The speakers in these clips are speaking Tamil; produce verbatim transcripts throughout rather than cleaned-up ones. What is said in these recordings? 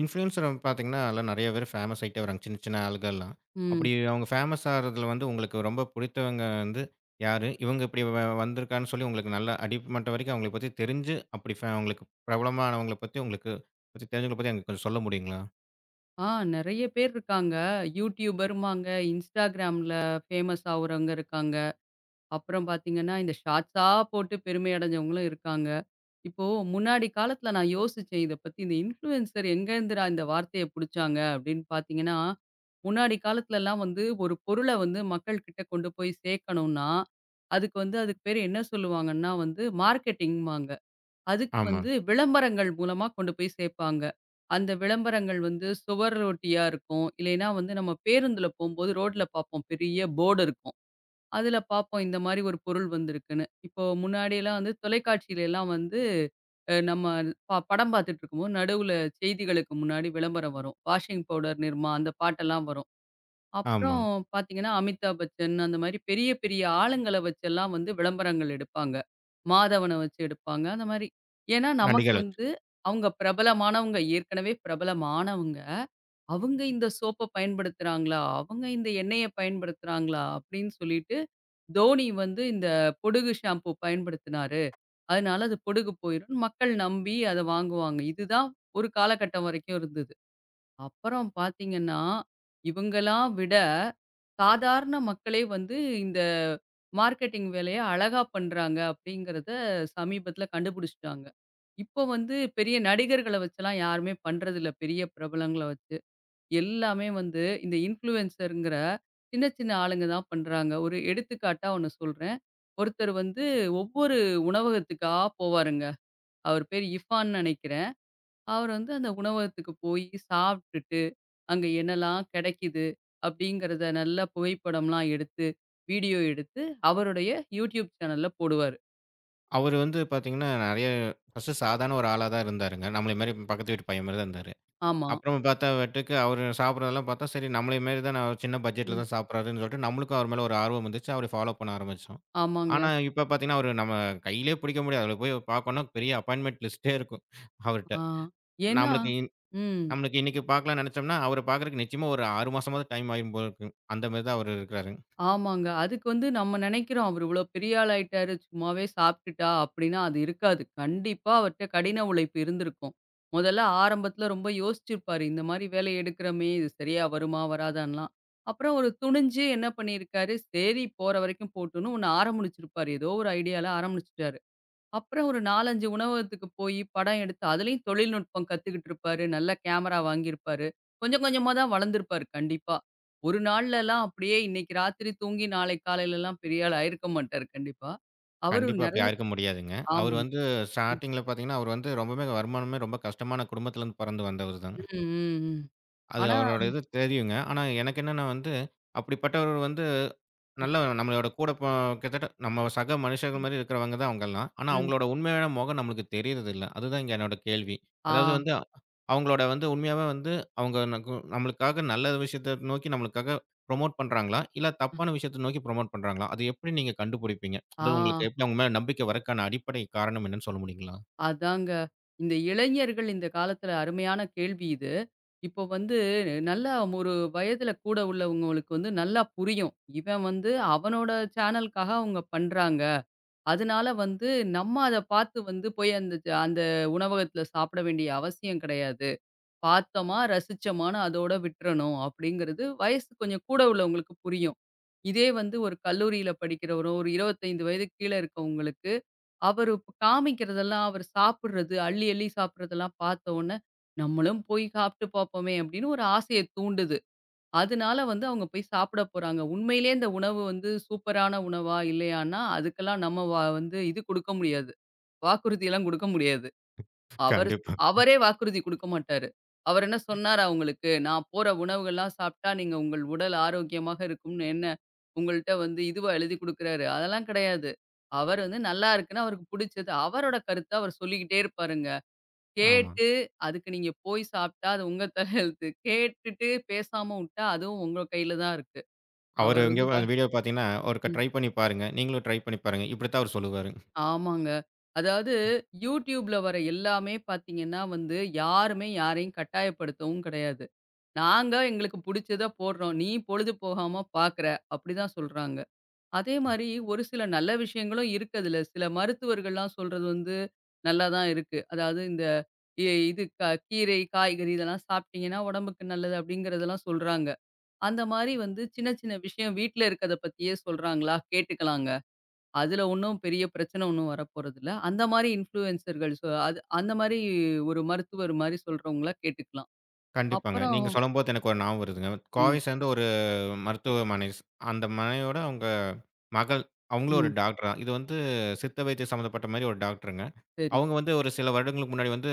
இன்ஃப்ளூயன்ஸர் பார்த்தீங்கன்னா, அதுல நெறைய பேர் ஃபேமஸ் ஆயிட்டே வராங்க. சின்ன, சின்ன ஆள்கள்லாம். ம். அப்படி அவங்க ஃபேமஸ் ஆகுறதுல வந்து உங்களுக்கு ரொம்ப புடித்தவங்க வந்து யாரு? இவங்க இப்படி வ வந்திருக்கான்னு சொல்லி உங்களுக்கு நல்லா அடிமட்டம் வரைக்கும் அவங்கள பத்தி தெரிஞ்சு, அப்படி ஃபே உங்களுக்கு பிரபலமானவங்கள பத்தி உங்களுக்கு பத்தி தெரிஞ்சவங்கள பத்தி எனக்கு கொஞ்சம் சொல்ல முடியுங்களா? ஆ நெறைய பேர் இருக்காங்க. யூடியூபருமாங்க, இன்ஸ்டாகிராம்ல ஃபேமஸ் ஆவுறவங்க இருக்காங்க. அப்புறம் பார்த்தீங்கன்னா, இந்த ஷார்ட்ஸா போட்டு பெருமை அடைஞ்சவங்களும் இருக்காங்க. இப்போ முன்னாடி காலத்துல நான் யோசிச்சேன் இத பத்தி. இந்த இன்ஃப்ளூயன்சர் எங்கேருந்துடா இந்த வார்த்தைய புடிச்சாங்க அப்படின்னு பார்த்தீங்கன்னா, முன்னாடி காலத்துலலாம் வந்து ஒரு பொருள வந்து மக்கள் கிட்ட கொண்டு போய் சேர்க்கணும்னா, அதுக்கு வந்து அதுக்கு பேரு என்ன சொல்லுவாங்கன்னா வந்து மார்க்கெட்டிங்பாங்க. அதுக்கு ஆமா, வந்து விளம்பரங்கள் மூலமா கொண்டு போய் சேர்ப்பாங்க. அந்த விளம்பரங்கள் வந்து சுவர் ஒட்டியா இருக்கும். இல்லைன்னா வந்து நம்ம பேருந்துல போம்போது ரோட்ல பார்ப்போம். பெரிய போர்டு இருக்கும். அதுல பார்ப்போம் இந்த மாரி ஒரு பொருள் வந்திருக்குன்னு. இப்போ முன்னாடியெல்லாம் வந்து தொலைக்காட்சியிலலாம் வந்து அ நம்ம ப படம் பார்த்துட்டு இருக்கும்போது நடுவுல செய்திகளுக்கு முன்னாடி விளம்பரம் வரும். வாஷிங் பவுடர் நிர்மா அந்த பாட்டெல்லாம் வரும். அப்புறம் ஆமாங்க. பார்த்தீங்கன்னா, அமிதாப் பச்சன் அந்த மாரி பெரிய, பெரிய ஆளுங்கள வச்செல்லாம் வந்து விளம்பரங்கள் எடுப்பாங்க. மாதவன வச்சு எடுப்பாங்க. அந்த மாரி. ஏன்னா, நமக்கு நடிகர். வந்து அவங்க பிரபலமானவங்க. ஏற்கனவே பிரபலமானவங்க. அவங்க இந்த சோப்ப பயன்படுத்துறாங்களா? அவங்க இந்த எண்ணெய பயன்படுத்துறாங்களா? அப்படின்னு சொல்லிட்டு, தோனி வந்து இந்த பொடுகு ஷாம்பு பயன்படுத்தினாரு. அதனால அது பொடுகு போயிரும்ன்னு மக்கள் நம்பி அத வாங்குவாங்க. இதுதான் ஒரு காலகட்டம் வரைக்கும் இருந்தது. அப்புறம் பார்த்தீங்கன்னா, இவங்கலாம் விட சாதாரண மக்களே வந்து இந்த மார்க்கெட்டிங் வேலைய அழகா பண்றாங்க அப்படிங்கிறத சமீபத்தில கண்டுபிடிச்சுட்டாங்க. இப்போ வந்து பெரிய நடிகர்கள வச்சுலாம் யாருமே பண்றதில்ல. பெரிய பிரபலங்கள வச்சு. எல்லாமே வந்து இந்த இன்ஃப்ளூயன்சர்ங்கிற சின்ன சின்ன ஆளுங்க தான் பண்றாங்க. ஒரு எடுத்துக்காட்டா ஒண்ணு சொல்றேன். ஒருத்தர் வந்து ஒவ்வொரு உணவகத்துக்கா போவாருங்க. அவர் பேர் இஃபான்னு நெனைக்கிறேன். அவர் வந்து அந்த உணவகத்துக்கு போய் சாப்ட்டுட்டு அங்க என்னலாம் கிடைக்குது அப்படிங்கிறத நல்லா புகைப்படம்லாம் எடுத்து, வீடியோ எடுத்து அவருடைய யூடியூப் சேனல்ல போடுவாரு. அவரு வந்து பார்த்தீங்கன்னா, நெறைய ஃபர்ஸ்ட்டு சாதாரண ஒரு ஆளா தான் இருந்தாருங்க. நம்மள மாரி பக்கத்து வீட்டு பையன் மாரி தான் இருந்தாரு. ஆமா. அப்புறமா பார்த்தா வாட்டுக்கு அவரு சாப்பிடுறதெல்லாம் பார்த்தா, சரி நம்மளய மாரி தான் அவரு சின்ன பட்ஜெட்ல ம். தான் சாப்பிடுறாருன்னு சொல்லிட்டு, நம்மளுக்கும் அவர் மேல ஒரு ஆர்வம் வந்துச்சு. அவர ஃபாலோ பண்ண ஆரம்பிச்சோம். ஆமாங்க. ஆனா இப்ப பார்த்தீங்கன்னா, அவரு நம்ம கையிலயே பிடிக்க முடியாது. அதுல போய் பார்க்கணும்னா பெரிய அப்பாயின்ட்மென்ட் லிஸ்ட்டே இருக்கும் அவர்ட்ட. ஆ. ஏன்னா நம்மளுக்கு இன் ம். நம்மளுக்கு இன்னைக்கு பார்க்கலாம்னு நெனச்சோம்னா, அவர பார்க்கறக்கு நிச்சயமா ஒரு ஆறு மாசமாவது டைம் ஆயிரும் போல இருக்கு. அந்த மாரி தான் அவரு இருக்கிறாரு. ஆமாங்க. அதுக்கு வந்து நம்ம நெனைக்கிறோம், அவரு இவ்வளோ பெரிய ஆள் ஆயிட்டாரு, சும்மாவே சாப்ட்டுட்டா அப்டின்னா அது இருக்காது. கண்டிப்பா அவர்ட்ட கடின உழைப்பு இருந்திருக்கும். முதல்ல ஆரம்பத்துல ரொம்ப யோசிச்சிருப்பாரு. இந்த மாரி வேலைய எடுக்கிறோமே, இது சரியா வருமா? வராதான்லாம். அப்புறம் ஒரு துணிஞ்சு என்ன பண்ணியிருக்காரு, சரி போற வரைக்கும் போட்டுன்னு ஒண்ணு ஆரம்பிச்சிருப்பாரு. ஏதோ ஒரு ஐடியால ஆரம்பிச்சுட்டாரு. அப்புறம் ஒரு நாலு, அஞ்சு உணவகத்துக்கு போயி படம் எடுத்து, அதுலயும் தொழில்நுட்பம் கத்துக்கிட்டு இருப்பாரு. நல்ல கேமரா வாங்கியிருப்பாரு. கொஞ்சம் கொஞ்சமா தான் வளர்ந்திருப்பாரு கண்டிப்பா. ஒரு நாள்லலாம் அப்படியே இன்னைக்கு ராத்திரி தூங்கி நாளைக்கு காலையிலலாம் பெரிய ஆள் ஆயிருக்க மாட்டாரு கண்டிப்பா. அவரு கண்டிப்பா அப்படி நெறைய ஆயிருக்க முடியாதுங்க. அவரு ஆமா. வந்து ம். ஸ்டார்ட்டிங்ல பார்த்தீங்கன்னா, அவரு வந்து ரொம்பவுமே வருமானமே ரொம்ப கஷ்டமான குடும்பத்திலருந்து பொறந்து வந்தவரு தான். ம், ம், ம். அது ஆனா அவரோட இது தெரியுங்க. ஆனா எனக்கு என்னன்னா வந்து, அப்படிப்பட்டவர் வந்து ம், நல்லா நம்மளோட கூட ப கிட்டத்தட்ட நம்ம சக மனுஷர்கள் மாரி இருக்கிறவங்க தான் அவங்கலாம். ஆனா ம். அவங்களோட உண்மையான முகம் நம்மளுக்கு தெரியறதில்ல. அதுதான் இங்க என்னோட கேள்வி. ஆ, அதாவது வந்து அவங்களோட வந்து உண்மையாவே வந்து அவங்க நகு நம்மளுக்காக நல்ல விஷயத்த நோக்கி நம்மளுக்காக ப்ரமோட் பண்றாங்களா? இல்ல தப்பான விஷயத்த நோக்கி ப்ரமோட் பண்றாங்களா? அது எப்படி நீங்க கண்டுபிடிப்பீங்க? அதாவது ஆ உங்களுக்கு எப்படி அவங்க மேல நம்பிக்கை வரக்கான அடிப்படை காரணம் என்னன்னு சொல்ல முடியுங்களா? அதாங்க. இந்த இளைஞர்கள் இந்த காலத்துல அருமையான கேள்வி இது. இப்போ வந்து நல்லா ஒரு வயதில கூட உள்ளவங்களுக்கு வந்து நல்லா புரியும். இவன் வந்து அவனோட சேனலுக்காக அவங்க பண்றாங்க. அதனால வந்து நம்ம அத பார்த்து வந்து போய் அந்த அந்த உணவகத்தில சாப்பிட வேண்டிய அவசியம் கிடையாது. பார்த்தோமா, ரசிச்சோமான்னு அதோட விட்டுறணும் அப்படிங்கிறது வயசு கொஞ்சம் கூட உள்ளவங்களுக்கு புரியும். இதே வந்து ஒரு கல்லூரியில படிக்கிறவரோ, ஒரு இருபத்தி ஐந்து வயதுக்கு கீழ இருக்கவங்களுக்கு அவரு இப்ப காமிக்கிறதெல்லாம், அவரு சாப்பிடுறது, அள்ளி அள்ளி சாப்பிடுறதெல்லாம் பார்த்த உடனே, நம்மளும் போய் சாப்பிட்டு பார்ப்போமே! அப்படின்னு ஒரு ஆசைய தூண்டுது. அதனால வந்து அவங்க போய் சாப்பிட போறாங்க. உண்மையிலேயே இந்த உணவு வந்து சூப்பரான உணவா? இல்லையான்னா, அதுக்கெல்லாம் நம்ம வ வந்து இது குடுக்க முடியாது. வாக்குறுதியெல்லாம் குடுக்க முடியாது. அவரு கண்டிப்பா. அவரே வாக்குறுதி குடுக்க மாட்டாரு. அவர் என்ன சொன்னாரா உங்களுக்கு? நான் போற உணவுகள்லாம் சாப்பிட்டா நீங்க உங்கள் உடல் ஆரோக்கியமாக இருக்கும்னு என்ன உங்கள்ட்ட வந்து இதுவா எழுதி குடுக்குறாரு? அதெல்லாம் கிடையாது. அவர் வந்து நல்லா இருக்குன்னு அவருக்கு புடிச்சது. அவரோட கருத்த அவர் சொல்லிக்கிட்டே இருப்பாருங்க. ஆமா. கேட்டு அதுக்கு நீங்க போய் சாப்பிட்டா அது உங்க தலையெழுத்து. கேட்டுட்டு பேசாம உட்டா அதுவும் உங்க கையில தான் இருக்கு. அவரு அவர் வந்து எங்கேயோ வ அந்த வீடியோ பார்த்தீங்கன்னா, ஒருக்கா ம். ட்ரை பண்ணி பாருங்க. நீங்களும் ட்ரை பண்ணி பாருங்க. இப்படித்தான் அவரு சொல்லுவாரு. ஆமாங்க. அதாவது YouTubeல வர எல்லாமே பார்த்தீங்கன்னா வந்து, யாருமே யாரையும் கட்டாயப்படுத்தவும் கிடையாது. நாங்க எங்களுக்கு புடிச்சத போடுறோம். நீ பொழுது போகாம பார்க்குற அப்படிதான் சொல்றாங்க. அதே மாரி ஒரு சில நல்ல விஷயங்களும் இருக்கு அதுல. சில மருத்துவர்கள்லாம் சொல்றது வந்து நல்லா தான் இருக்கு. அதாவது இந்த இ இது க கீரை, காய்கறி இதெல்லாம் சாப்பிட்டீங்கன்னா உடம்புக்கு நல்லது அப்படிங்கிறதெல்லாம் சொல்றாங்க. அந்த மாரி வந்து சின்ன சின்ன விஷயம் வீட்ல இருக்கத பத்தியே சொல்றாங்களா? கேட்டுக்கலாங்க. அதுல ஒண்ணும் பெரிய பிரச்சனை ஒண்ணும் வரப்போறதில்ல. அந்த மாரி இன்ஃப்ளூயன்சர்கள் சொ அது அந்த மாரி ஒரு மருத்துவர் மாரி சொல்றவங்கள கேட்டுக்கலாம். கண்டிப்பாங்க. அப்புறம் நீங்க சொல்லும்போது எனக்கு ஒரு ஞாபகம் வருதுங்க. ம், கோவை சேர்ந்த ஒரு மருத்துவமனை. அந்த மனையோட அவங்க மகள், அவங்களும் ஒரு ம். டாக்டர் தான். இது வந்து சித்த வைத்தியம் சம்மந்தப்பட்ட மாரி ஒரு டாக்டருங்க. சரி. அவங்க வந்து ஒரு சில வருடங்களுக்கு முன்னாடி வந்து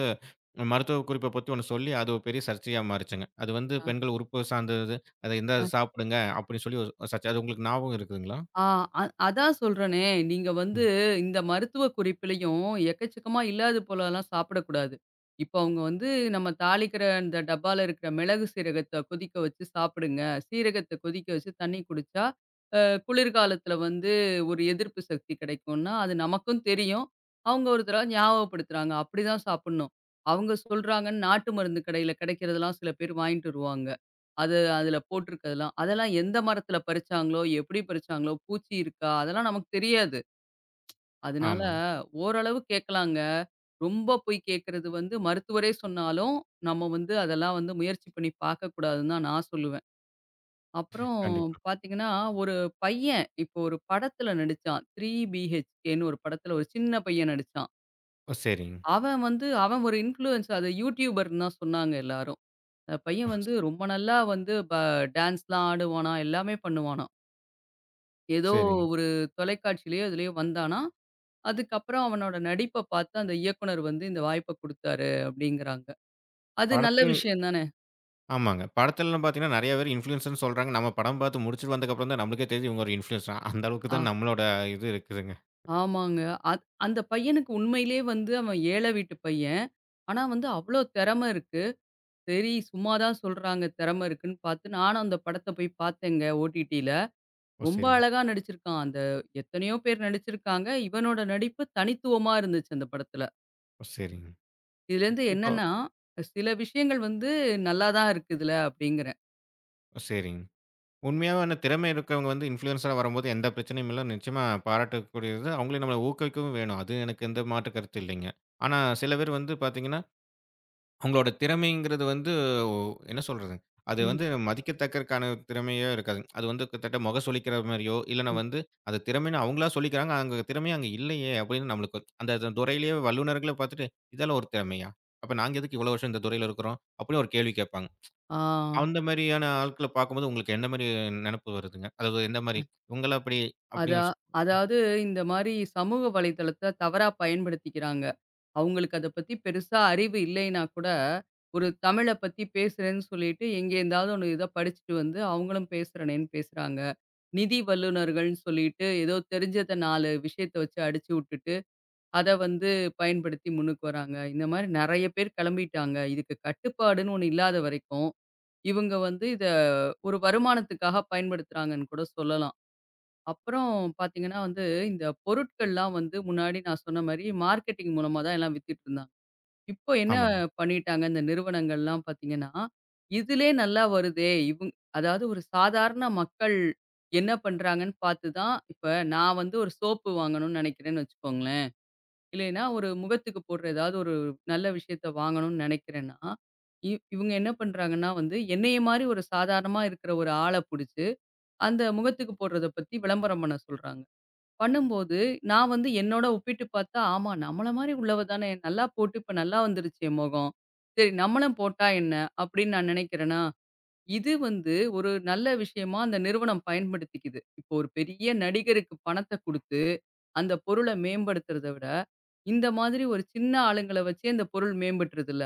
மருத்துவ குறிப்ப பத்தி ஒண்ணு சொல்லி, அது ஒரு பெரிய சர்ச்சையா மாறுச்சுங்க. அது வந்து ஆ, பெண்கள் உறுப்பு சார்ந்தது. அத இந்தா அ, சாப்பிடுங்க அப்படின்னு சொல்லி ஒரு சர்ச்சை. அது உங்களுக்கு ஞாபகம் இருக்குதுங்களா? ஆ, அ அதான் சொல்றேனே, நீங்க வந்து ம். இந்த மருத்துவ குறிப்பிலயும் எக்கச்சக்கமா இல்லாது போலலாம் சாப்பிடக்கூடாது. இப்போ அவங்க வந்து நம்ம தாளிக்கிற அந்த டப்பால இருக்கிற மிளகு சீரகத்த கொதிக்க வச்சு சாப்பிடுங்க. சீரகத்த கொதிக்க வச்சு தண்ணி குடிச்சா, அ குளிர்காலத்தில வந்து ஒரு எதிர்ப்பு சக்தி கிடைக்கும்னா, அது நமக்கும் தெரியும். அவங்க ஒரு தடவ ஞாபகப்படுத்துறாங்க. அப்படிதான் சாப்பிடணும். அவங்க சொல்றாங்கன்னு நாட்டு மருந்து கடையில கிடைக்கிறதெல்லாம் சில பேர் வாங்கிட்டு வருவாங்க. அது அதுல போட்டிருக்கிறதெல்லாம். அதெல்லாம் எந்த மரத்துல பறிச்சாங்களோ, எப்படி பறிச்சாங்களோ, பூச்சி இருக்கா? அதெல்லாம் நமக்கு தெரியாது. அதனால ஆமாங்க. ஓரளவு கேட்கலாங்க. ரொம்ப போய் கேட்கறது வந்து மருத்துவரே சொன்னாலும், நம்ம வந்து அதெல்லாம் வந்து முயற்சி பண்ணி பார்க்கக்கூடாதுன்னு தான் நான் சொல்லுவேன். அப்புறம் கண்டிப்பா. பார்த்தீங்கன்னா, ஒரு பையன் இப்போ ஒரு படத்துல நடிச்சான். "த்ரீ BHKன்னு" ஒரு படத்துல ஒரு சின்ன பையன் நடிச்சான். ஓ! சரிங்க. அவன் வந்து அவன் ஒரு இன்ஃப்ளூயன்சர். அது யூடியூபர்ன்னு தான் சொன்னாங்க எல்லாரும். அந்த ஓ! பையன் வந்து ரொம்ப நல்லா வந்து ப டான்ஸ்லாம் ஆடுவானாம், எல்லாமே பண்ணுவானாம். ஏதோ சரிங்க. ஒரு தொலைக்காட்சியிலயோ, எதுலயோ வந்தானா, அதுக்கப்புறம் அவனோட நடிப்ப பார்த்து அந்த இயக்குனர் வந்து இந்த வாய்ப்ப குடுத்தாரு அப்படிங்கிறாங்க. அது நல்ல படத்திலயும் விஷயம் தானே! ஆமாங்க. படத்துலலாம் பார்த்தீங்கன்னா, நெறைய பேர் இன்ஃப்ளூயன்ஸர்ன்னு சொல்றாங்க. நம்ம படம் பார்த்து முடிச்சுட்டு வந்ததுக்கப்புறம் தான் நம்மளுக்கே தெரியுது இவங்க ஒரு இன்ஃப்ளூயன்ஸர் தான். அந்த அளவுக்கு ஆ தான் நம்மளோட இது இருக்குதுங்க. ஆமாங்க. அத் அந்த பையனுக்கு உண்மையிலேயே வந்து அவன் ஏழை வீட்டு பையன். ஆனா வந்து அவ்ளோ திறமை இருக்கு. சரி சும்மா தான் சொல்றாங்க திறமை இருக்குன்னு பார்த்து, நானும் அந்த படத்த போய் பார்த்தேங்க ஓடிடில. ஓ! ரொம்ப சரிங்க. அழகா நடிச்சிருக்கான். அந்த எத்தனையோ பேர் நடிச்சிருக்காங்க. இவனோட நடிப்பு தனித்துவமா இருந்துச்சு அந்த படத்துல. ஓ! சரிங்க. இதுலேருந்து இப்போ என்னன்னா, சில விஷயங்கள் வந்து நல்லா தான் இருக்குதுல அப்டிங்கிறேன். சரிங்க. உண்மையான திறமை இருக்கவங்க வந்து இன்ஃப்ளூயன்ஸரா வரும்போது எந்த பிரச்சனையும் இல்ல. நிச்சயமா பாராட்டக்கூடியது. அவங்களே நம்மள ஊக்குவிக்கவும் வேணும். அது எனக்கு எந்த மாற்று கருத்து இல்லைங்க. ஆனா சில பேர் வந்து பார்த்தீங்கன்னா அவங்களோட திறமைங்கிறது வந்து ஒ என்ன சொல்றது? அது ம், வந்து மதிக்கத்தக்கற்கான திறமையே இருக்காது. அது வந்து கிட்டத்தட்ட முகம் சுளிக்கிற மாரியோ, இல்லன்னா ம். வந்து அது திறமைன்னு அவங்களா சொல்லிக்கிறாங்க. அங்க திறமையே அங்க இல்லையே! அப்படின்னு நம்மளுக்கு அந்த அந்த துறையிலேயே வல்லுனர்கள பார்த்துட்டு, இதெல்லாம் ஒரு திறமையா? அப்ப நாங்க எதுக்கு இவ்வளோ வருஷம் இந்த துறையில இருக்கிறோம்? அப்படின்னு ஒரு கேள்வி கேட்பாங்க. ஆ அந்த மாரியான ஆட்கள பார்க்கும்போது உங்களுக்கு எந்த மாரி நெனப்பு வருதுங்க? அதாவது எந்த மாரி? உங்கள அப்படி அதா அப்படின்னு சொ அதாவது இந்த மாரி சமூக வலைதளத்த தவறா பயன்படுத்திக்கிறாங்க. அவங்களுக்கு அத பத்தி பெருசா அறிவு இல்லைன்னா கூட, ஒரு தமிழ பத்தி பேசுறேன்னு சொல்லிட்டு, எங்கேருந்தாவது ஒண்ணு இத படிச்சுட்டு வந்து அவங்களும் பேசுறனேன்னு பேசுறாங்க. நிதி வல்லுனர்கள்ன்னு சொல்லிட்டு, ஏதோ தெரிஞ்சத நாலு விஷயத்த வச்சு அடிச்சு விட்டுட்டு அத வந்து பயன்படுத்தி முன்னுக்கு வராங்க. இந்த மாரி நெறைய பேர் கெளம்பிட்டாங்க. இதுக்கு கட்டுப்பாடுன்னு ஒண்ணு இல்லாத வரைக்கும், இவங்க வந்து இத ஒரு வருமானத்துக்காக பயன்படுத்துறாங்கன்னு கூட சொல்லலாம். அப்புறம் பார்த்தீங்கன்னா வந்து, இந்த பொருட்கள்லாம் வந்து முன்னாடி நான் சொன்ன மாரி மார்க்கெட்டிங் மூலமா தான் எல்லாம் வித்துட்டுருந்தாங்க. இப்போ என்ன ஆமா. பண்ணிட்டாங்க இந்த நிறுவனங்கள்லாம் பார்த்தீங்கன்னா, இதுலே நல்லா வருதே இவுங் அதாவது ஒரு சாதாரண மக்கள் என்ன பண்றாங்கன்னு பார்த்து தான் இப்ப நான் வந்து ஒரு சோப்பு வாங்கணும்னு நெனைக்கிறேன்னு வச்சுக்கோங்களேன். இல்லைன்னா, ஒரு முகத்துக்கு போடுற ஏதாவது ஒரு நல்ல விஷயத்த வாங்கணும்னு நினைக்கிறேன்னா, இ இவுங்க என்ன பண்றாங்கன்னா வந்து, என்னைய மாரி ஒரு சாதாரணமா இருக்கிற ஒரு ஆள புடிச்சு, அந்த முகத்துக்கு போடுறத பத்தி விளம்பரம் பண்ண சொல்றாங்க. பண்ணும்போது, நான் வந்து என்னோட ஒப்பிட்டு பார்த்தா, ஆமா நம்மள மாரி உள்ளவ தானே! நல்லா போட்டு இப்ப நல்லா வந்துருச்சு என் முகம். சரி நம்மளும் போட்டா என்ன? அப்படின்னு நான் நினைக்கிறேனா, இது வந்து ஒரு நல்ல விஷயமா அந்த நிறுவனம் பயன்படுத்திக்குது. இப்போ ஒரு பெரிய நடிகருக்கு பணத்த குடுத்து, அந்த பொருள மேம்படுத்துறத விட இந்த மாதிரி ஒரு சின்ன ஆளுங்கள வச்சே இந்த பொருள் மேம்பட்டுருதுல்ல.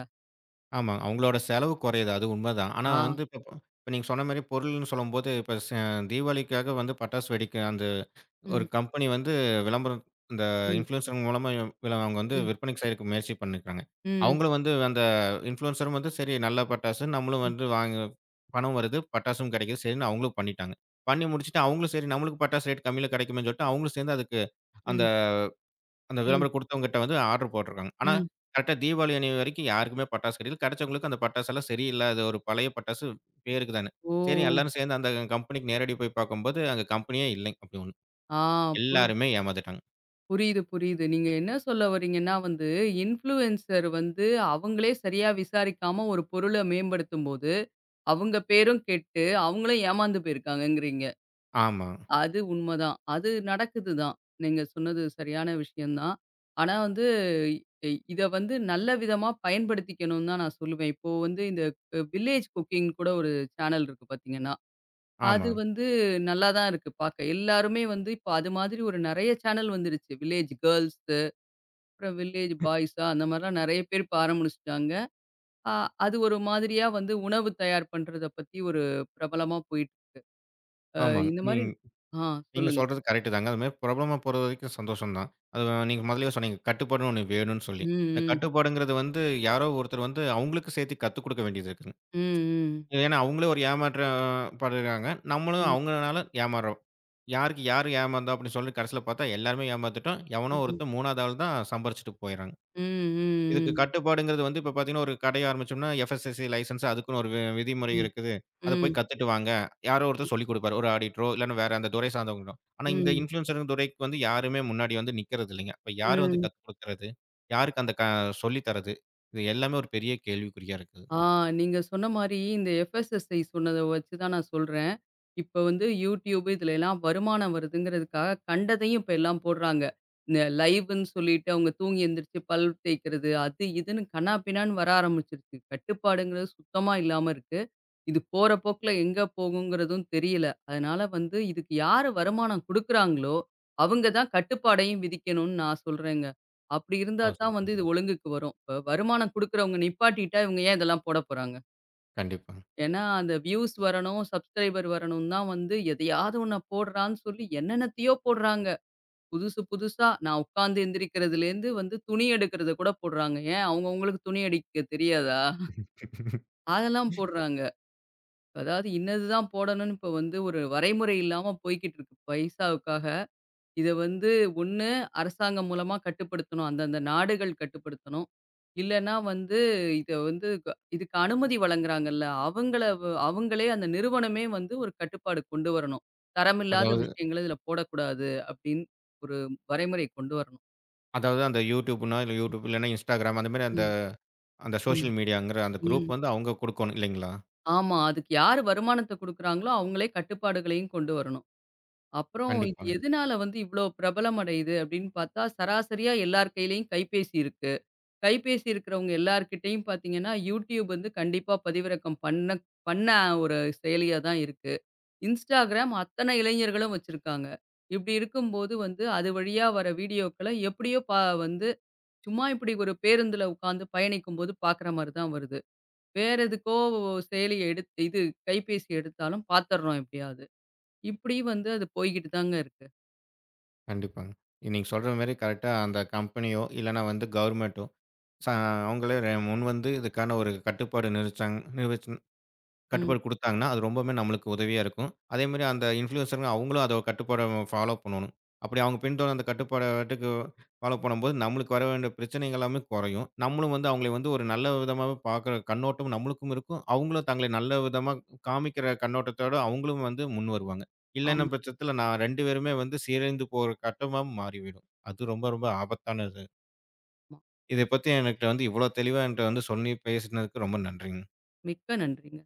ஆமாங்க. அவங்களோட செலவு குறையுது. அது உண்மதான். ஆனா ஆ. வந்து இப்ப ப இப்ப நீங்க சொன்ன மாரி பொருள்னு சொல்லும்போது, இப்ப ச தீபாவளிக்காக வந்து பட்டாசு வெடிக்க அந்த ஒரு ம், கம்பெனி வந்து விளம்பரம் இந்த ம், இன்ஃப்ளூயன்சர் மூலமா வில அவங்க வந்து ம், விற்பனைக்கு செய்றதுக்கு முயற்சி பண்ணியிருக்காங்க. ம், அவங்களும் வந்து அந்த இன்ஃப்ளூயன்சரும் வந்து சரி நல்ல பட்டாசு, நம்மளும் ம், வந்து வாங்க பணம் வருது, பட்டாசும் கிடைக்குது சரின்னு அவங்களும் பண்ணிட்டாங்க. பண்ணி முடிச்சுட்டு அவங்களும் சரி நம்மளுக்கு பட்டாசு ரேட் கம்மியில கிடைக்குமேன்னு சொல்லிட்டு, அவங்களும் சேர்ந்து அதுக்கு அந்த ம், அந்த ம், விளம்பரம் குடுத்தவங்கட்ட வந்து ஆர்டர் போட்டுருக்காங்க. ஆனா, ம். கரெக்ட்டா தீபாவளி அன்னை வரைக்கும் யாருக்குமே பட்டாசு கிடைக்கல. கிடைச்சவங்களுக்கு அந்த பட்டாசெல்லாம் சரியில்ல. அது ஒரு பழைய பட்டாசு பேருக்கு தான்னு. ஓ! சரி எல்லாரும் சேர்ந்து அந்த கம்பெனிக்கு நேரடி போய் பார்க்கும்போது, அங்க கம்பெனியே இல்லைங்க. அப்படி ஒண்ணு. ஆ புரி எல்லாருமே ஏமாந்துட்டாங்க. புரியுது, புரியுது. நீங்க என்ன சொல்ல வரீங்கன்னா வந்து, இன்ஃப்ளூயன்சர் வந்து அவங்களே சரியா விசாரிக்காம ஒரு பொருள மேம்படுத்தும்போது, அவங்க பேரும் கெட்டு, அவங்களும் ஏமாந்து போயிருக்காங்கங்கிறீங்க. ஆமா, அது உண்மதான். அது நடக்குது தான். நீங்க சொன்னது சரியான விஷயம் தான். ஆனா வந்து இ இத வந்து நல்ல விதமா பயன்படுத்திக்கணும்னு தான் நான் சொல்லுவேன். இப்போ வந்து இந்த வில்லேஜ் குக்கிங்ன்னு கூட ஒரு சேனல் இருக்கு பார்த்தீங்கன்னா, அது ஆமா, வந்து நல்லா தான் இருக்கு பார்க்க. எல்லாருமே வந்து இப்போ அது மாதிரி ஒரு நெறைய சேனல் வந்துருச்சு. வில்லேஜ் கேர்ல்ஸு, அப்புறம் வில்லேஜ் பாய்ஸா அந்த மாரிலாம் நெறைய பேர் இப்ப ஆரம்பிச்சுட்டாங்க. அ அது ஒரு மாதிரியா வந்து உணவு தயார் பண்றத பத்தி ஒரு பிரபலமா போயிட்டு அ ஆமாங்க. இந்த மாரி நீங் ஆ நீங்க சொல்லுங்க. சொல்றது கரெக்ட் தாங்க. அது மாரி பிரபலமா போறது வரைக்கும் சந்தோஷம் தான். அது நீங்க முதல்லயே சொன்னீங்க. கட்டுப்பாடுன்னு ஒண்ணு வேணும்னு சொல்லி. ம், இந்த ம். கட்டுப்பாடுங்கிறது வந்து யாரோ ஒருத்தர் வந்து அவங்களுக்கு சேர்த்து கத்துக் குடுக்க வேண்டியது இருக்குங்க. ம், ம். ஏன்னா, அவங்களே ஒரு ஏமாற்றம் படுறாங்க. நம்மளும் ம், அவங்கனால ஏமாறுறோம். யாருக்கு யாரு ஏமாந்தா அப்படின்னு சொல்லி கடைசியில பார்த்தா எல்லாருமே ஏமாந்துட்டோம். எவனோ ம். ஒருத்தன் மூன்றாவது ஆள் தான் சம்பாரிச்சுட்டு போயிறாங்க. ம், ம், இதுக்கு ம். கட்டுப்பாடுங்கிறது வந்து இப்ப பார்த்தீங்கன்னா, ஒரு கடை ஆரம்பிச்சோம்னா எஃப்எஸ்எஸ்ஐ லைசென்ஸ் அதுக்குன்னு ஒரு வி விதிமுறை ம், இருக்குது. அத போய் ம், கத்துட்டு வாங்க. யாரோ ம். ஒருத்தர் சொல்லிக் குடுப்பாரு. ஒரு ஆடிட்டரோ இல்லன்னா வேற அந்த துறை சார்ந்தவங்களோ. ஆனா இந்த ம். இன்ஃப்ளூயன்சர் துறைக்கு வந்து யாருமே முன்னாடி வந்து நிக்கிறது இல்லைங்க. அப்ப யாரு வந்து ம். கத்துக் குடுக்கறது? யாருக்கு அந்த க சொல்லி தர்றது? இது எல்லாமே ஒரு பெரிய கேள்விக்குறியா இருக்குது. ஆ நீங்க சொன்ன மாரி இந்த எஃப்எஸ்எஸ்ஐ சொன்னத வச்சு தான் நான் சொல்றேன். இப்ப வந்து யூடியூப் இதுல எல்லாம் வருமானம் வருதுங்கிறதுக்காக கண்டதையும் இப்ப எல்லாம் போடுறாங்க. இந்த லைவ்ன்னு சொல்லிட்டு அவங்க தூங்கி எந்திரிச்சு பல் தேய்க்கிறது, அது இதுன்னு கன்னா பின்னான்னு வர ஆரம்பிச்சிருச்சு. கட்டுப்பாடுங்கிறது சுத்தமா இல்லாம இருக்கு. இது போற போக்குல எங்க போகுங்கிறதும் தெரியல. அதனால வந்து இதுக்கு யாரு வருமானம் குடுக்குறாங்களோ, அவங்க தான் கட்டுப்பாடையும் விதிக்கணும்னு நான் சொல்றேங்க. அப்படி இருந்தா ஓ! தான் வந்து சரிங்க. இது ஒழுங்குக்கு வரும். இப்ப வருமானம் குடுக்குறவங்க நிப்பாட்டிட்டா இவங்க ஏன் இதெல்லாம் போட போறாங்க? கண்டிப்பா. ஏன்னா அந்த வியூஸ் வரணும், சப்ஸ்கிரைபர் வரணும் தான் வந்து எதையாவது ஒண்ண போடுறான்னு சொல்லி என்னென்னத்தையோ போடுறாங்க. புதுசு புதுசா நான் உட்கார்ந்து எந்திரிக்கிறதுலேருந்து வந்து துணி எடுக்கிறத கூட போடுறாங்க. ஏன் அவங்கவங்களுக்கு துணி அடிக்க தெரியாதா? அதெல்லாம் போடுறாங்க. அதாவது இன்னது தான் போடணும்னு இப்ப வந்து ஒரு வரைமுறை இல்லாம போய்க்கிட்டு இருக்கு பைசாவுக்காக. இத வந்து ஒண்ணு அரசாங்கம் மூலமா கட்டுப்படுத்தணும். அந்தந்த நாடுகள் கட்டுப்படுத்தணும். இல்லன்னா வந்து இத வந்து க இதுக்கு அனுமதி வழங்குறாங்கல்ல, அவங்கள வ அவங்களே அந்த நிறுவனமே வந்து ஒரு கட்டுப்பாடு கொண்டு வரணும். தரமில்லாத அதாவது விஷயங்கள இதுல போடக்கூடாது அப்படின்னு ஒரு வரைமுறை கொண்டு வரணும். அதாவது அந்த YouTubeன்னா, இல்ல YouTube இல்லன்னா Instagram அந்த மாரி அந்த ம், அந்த ம், சோஷியல் மீடியாங்கிற அந்த ம். குரூப் வந்து அவங்க குடுக்கணும் இல்லைங்களா? ஆமா. அதுக்கு யாரு வருமானத்த குடுக்குறாங்களோ, அவங்களே கட்டுப்பாடுகளையும் கொண்டு வரணும். அப்புறம் இது கண்டிப்பாங்க, எதனால வந்து இவ்ளோ பிரபலம் அடையுது அப்படின்னு பார்த்தா, சராசரியா எல்லார் கையிலயும் கைபேசி இருக்கு. கைபேசி இருக்கிறவங்க எல்லார்கிட்டயும் பார்த்தீங்கன்னா, Youtube வந்து கண்டிப்பா பதிவிறக்கம் பண்ண பண்ண ஒரு செயலியா தான் இருக்கு. Instagram அத்தனை இளைஞர்களும் வச்சிருக்காங்க. இப்படி இருக்கும்போது வந்து, அது வழியா வர வீடியோக்கள எப்படியோ பா வந்து சும்மா இப்படி ஒரு பேருந்துல உட்காந்து பயணிக்கும்போது பார்க்குற மாரி தான் வருது. வேற எதுக்கோ செயலிய எடுத்து இது கைபேசி எடுத்தாலும் பார்த்துர்றோம் எப்படியாவது. இப்படி வந்து அது போய்க்கிட்டு தாங்க இருக்கு. கண்டிப்பாங்க. நீங்க சொல்ற மாரி கரெக்ட்டா அந்த கம்பெனியோ, இல்லன்னா வந்து கவர்மெண்ட்டோ ச அவங்களே முன்வந்து இதுக்கான ஒரு கட்டுப்பாடு நிறுவிச்சாங் நிறுவிச்சுனா ம். கட்டுப்பாடு குடுத்தாங்கன்னா, அது ரொம்பவுமே நம்மளுக்கு உதவியா இருக்கும். அதேமாரி அந்த இன்ஃப்ளூயன்சருங்க அவங்களும் அத கட்டுப்பாட ஃபாலோ பண்ணணும். அப்படி அவங்க பின்தொடர்ந்து அந்த கட்டுப்பாட பாட்டுக்கு ஃபாலோ பண்ணும்போது, நம்மளுக்கு வர வேண்டிய பிரச்சனைகள் எல்லாமே குறையும். நம்மளும் வந்து அவங்கள வந்து ஒரு நல்ல விதமாவே பார்க்குற கண்ணோட்டம் நம்மளுக்கும் இருக்கும். அவங்களும் தங்களை நல்ல விதமா காமிக்கிற கண்ணோட்டத்தோட அவங்களும் வந்து முன் வருவாங்க. இல்லன்ன ஆமா, பட்சத்தில நான் ரெண்டு பேருமே வந்து சீரழிந்து போற கட்டமா மாறிவிடும். அது ரொம்ப ரொம்ப ஆபத்தானது. ஆமா. இத பத்தி என்கிட்ட வந்து இவ்வளோ தெளிவா என்கிட்ட வந்து சொல்லி பேசினதுக்கு ரொம்ப நன்றிங்க. மிக்க நன்றிங்க.